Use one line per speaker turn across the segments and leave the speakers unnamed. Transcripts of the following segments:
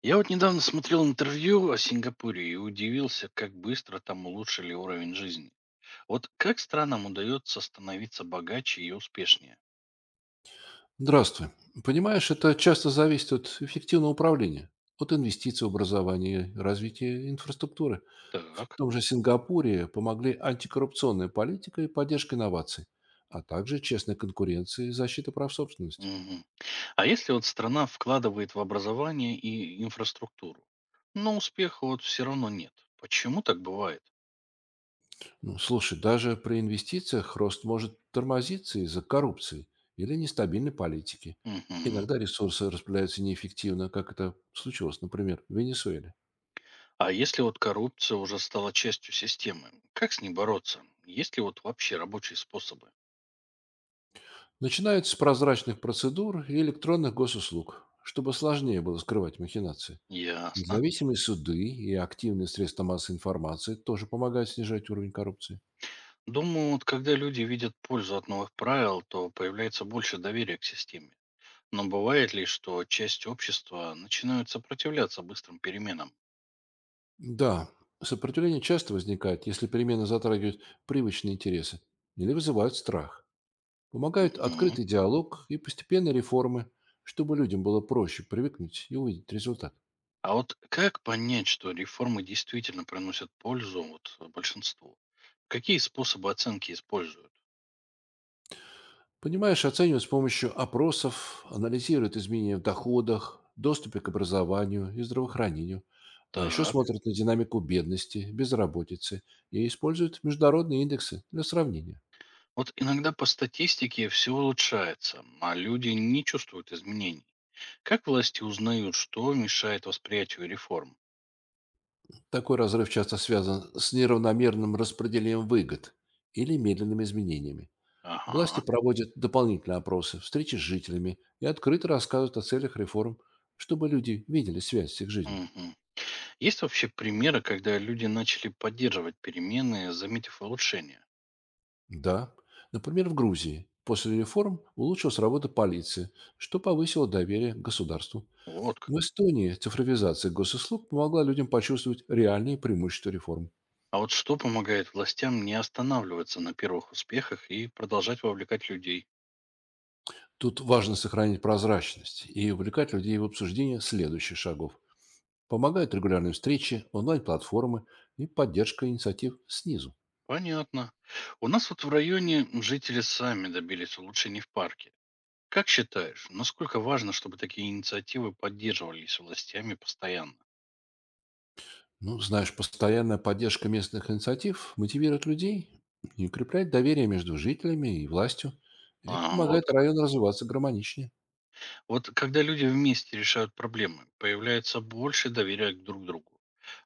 Я вот недавно смотрел интервью о Сингапуре и удивился, как быстро там улучшили уровень жизни. Вот как странам удается становиться богаче и успешнее?
Здравствуй. Понимаешь, это часто зависит от эффективного управления, от инвестиций в образование, развития инфраструктуры. В
Так.
том же Сингапуре помогли антикоррупционная политика и поддержка инноваций, а также честная конкуренция и защита прав собственности.
Мгм. А если вот страна вкладывает в образование и инфраструктуру, но успеха вот все равно нет. Почему так бывает?
Ну, слушай, даже при инвестициях рост может тормозиться из-за коррупции или нестабильной политики.
Мгм.
Иногда ресурсы распределяются неэффективно, как это случилось, например, в Венесуэле.
А если вот коррупция уже стала частью системы, как с ней бороться? Есть ли вот вообще рабочие способы?
Начинают с прозрачных процедур и электронных госуслуг, чтобы сложнее было скрывать махинации.
Ясно.
Независимые суды и активные средства массовой информации тоже помогают снижать уровень коррупции.
Думаю, вот когда люди видят пользу от новых правил, то появляется больше доверия к системе. Но бывает ли, что часть общества начинает сопротивляться быстрым переменам?
Да, сопротивление часто возникает, если перемены затрагивают привычные интересы или вызывают страх. Помогают
Мгм.
открытый диалог и постепенные реформы, чтобы людям было проще привыкнуть и увидеть результат.
А вот как понять, что реформы действительно приносят пользу вот, большинству? Какие способы оценки используют?
Понимаешь, оценивают с помощью опросов, анализируют изменения в доходах, доступе к образованию и здравоохранению, а еще
Так,
смотрят на динамику бедности, безработицы и используют международные индексы для сравнения.
вот иногда по статистике все улучшается, а люди не чувствуют изменений. Как власти узнают, что мешает восприятию реформ?
Такой разрыв часто связан с неравномерным распределением выгод или медленными изменениями. Власти
Ага.
проводят дополнительные опросы, встречи с жителями и открыто рассказывают о целях реформ, чтобы люди видели связь с их жизнью.
Мгм. Есть вообще примеры, когда люди начали поддерживать перемены, заметив улучшения?
Да. Например, в Грузии после реформ улучшилась работа полиции, что повысило доверие к государству.
Вот как.
В Эстонии цифровизация госуслуг помогла людям почувствовать реальные преимущества реформ.
А вот что помогает властям не останавливаться на первых успехах и продолжать вовлекать людей?
Тут важно сохранить прозрачность и увлекать людей в обсуждение следующих шагов. Помогают регулярные встречи, онлайн-платформы и поддержка инициатив снизу.
Понятно. У нас вот в районе жители сами добились улучшений в парке. Как считаешь, насколько важно, чтобы такие инициативы поддерживались властями постоянно?
Ну, знаешь, постоянная поддержка местных инициатив мотивирует людей и укрепляет доверие между жителями и властью. Это
А, вот
помогает
как.
району развиваться гармоничнее.
Вот когда люди вместе решают проблемы, появляется больше доверия к друг другу.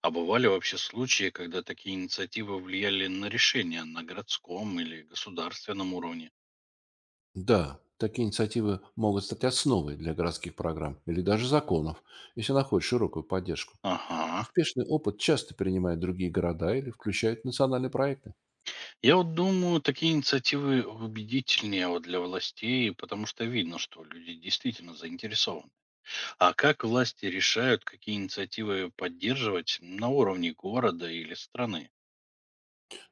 А бывали вообще случаи, когда такие инициативы влияли на решения на городском или государственном уровне?
Да, такие инициативы могут стать основой для городских программ или даже законов, если находят широкую поддержку.
Ага.
Успешный опыт часто принимают другие города или включают в национальные проекты.
Я вот думаю, такие инициативы убедительнее вот для властей, потому что видно, что люди действительно заинтересованы. А как власти решают, какие инициативы поддерживать на уровне города или страны?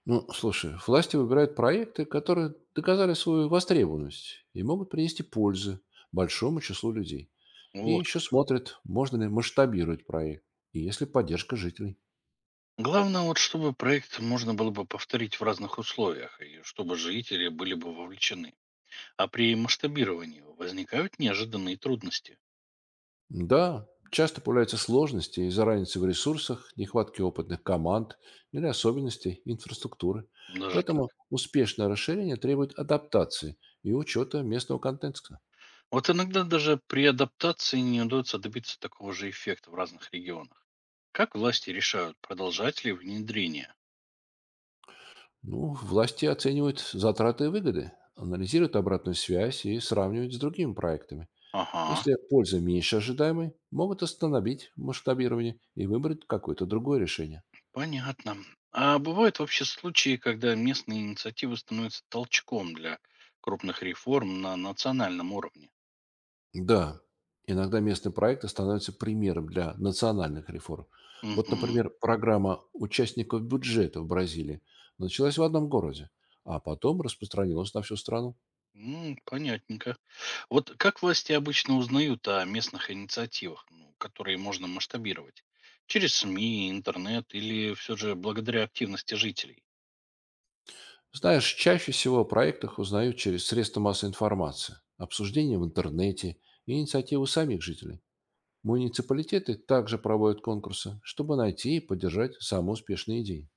Ну, слушай, власти выбирают проекты, которые доказали свою востребованность и могут принести пользы большому числу людей. И
Вот
еще
как.
смотрят, можно ли масштабировать проект, и если поддержка жителей.
Главное, вот чтобы проект можно было бы повторить в разных условиях, и чтобы жители были бы вовлечены. А при масштабировании возникают неожиданные трудности.
Да, часто появляются сложности из-за разницы в ресурсах, нехватки опытных команд или особенностей инфраструктуры.
Даже так.
Поэтому успешное расширение требует адаптации и учета местного контекста.
Вот иногда даже при адаптации не удается добиться такого же эффекта в разных регионах. Как власти решают, продолжать ли внедрение?
Ну, власти оценивают затраты и выгоды, анализируют обратную связь и сравнивают с другими проектами.
Ага,
Если польза меньше ожидаемой, могут остановить масштабирование и выбрать какое-то другое решение.
понятно. А бывают вообще случаи, когда местные инициативы становятся толчком для крупных реформ на национальном уровне?
Да, иногда местные проекты становятся примером для национальных реформ. Вот,
Угу,
например, программа участников бюджета в Бразилии началась в одном городе, а потом распространилась на всю страну.
понятненько. Вот как власти обычно узнают о местных инициативах, ну, которые можно масштабировать? Через СМИ, интернет или все же благодаря активности жителей?
Знаешь, чаще всего о проектах узнают через средства массовой информации, обсуждения в интернете и инициативы самих жителей. Муниципалитеты также проводят конкурсы, чтобы найти и поддержать самые успешные идеи.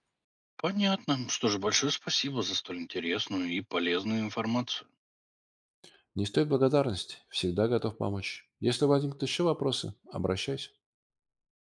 Понятно. Что же, большое спасибо за столь интересную и полезную информацию.
Не стоит благодарности, всегда готов помочь. Если возникнут еще вопросы, обращайся.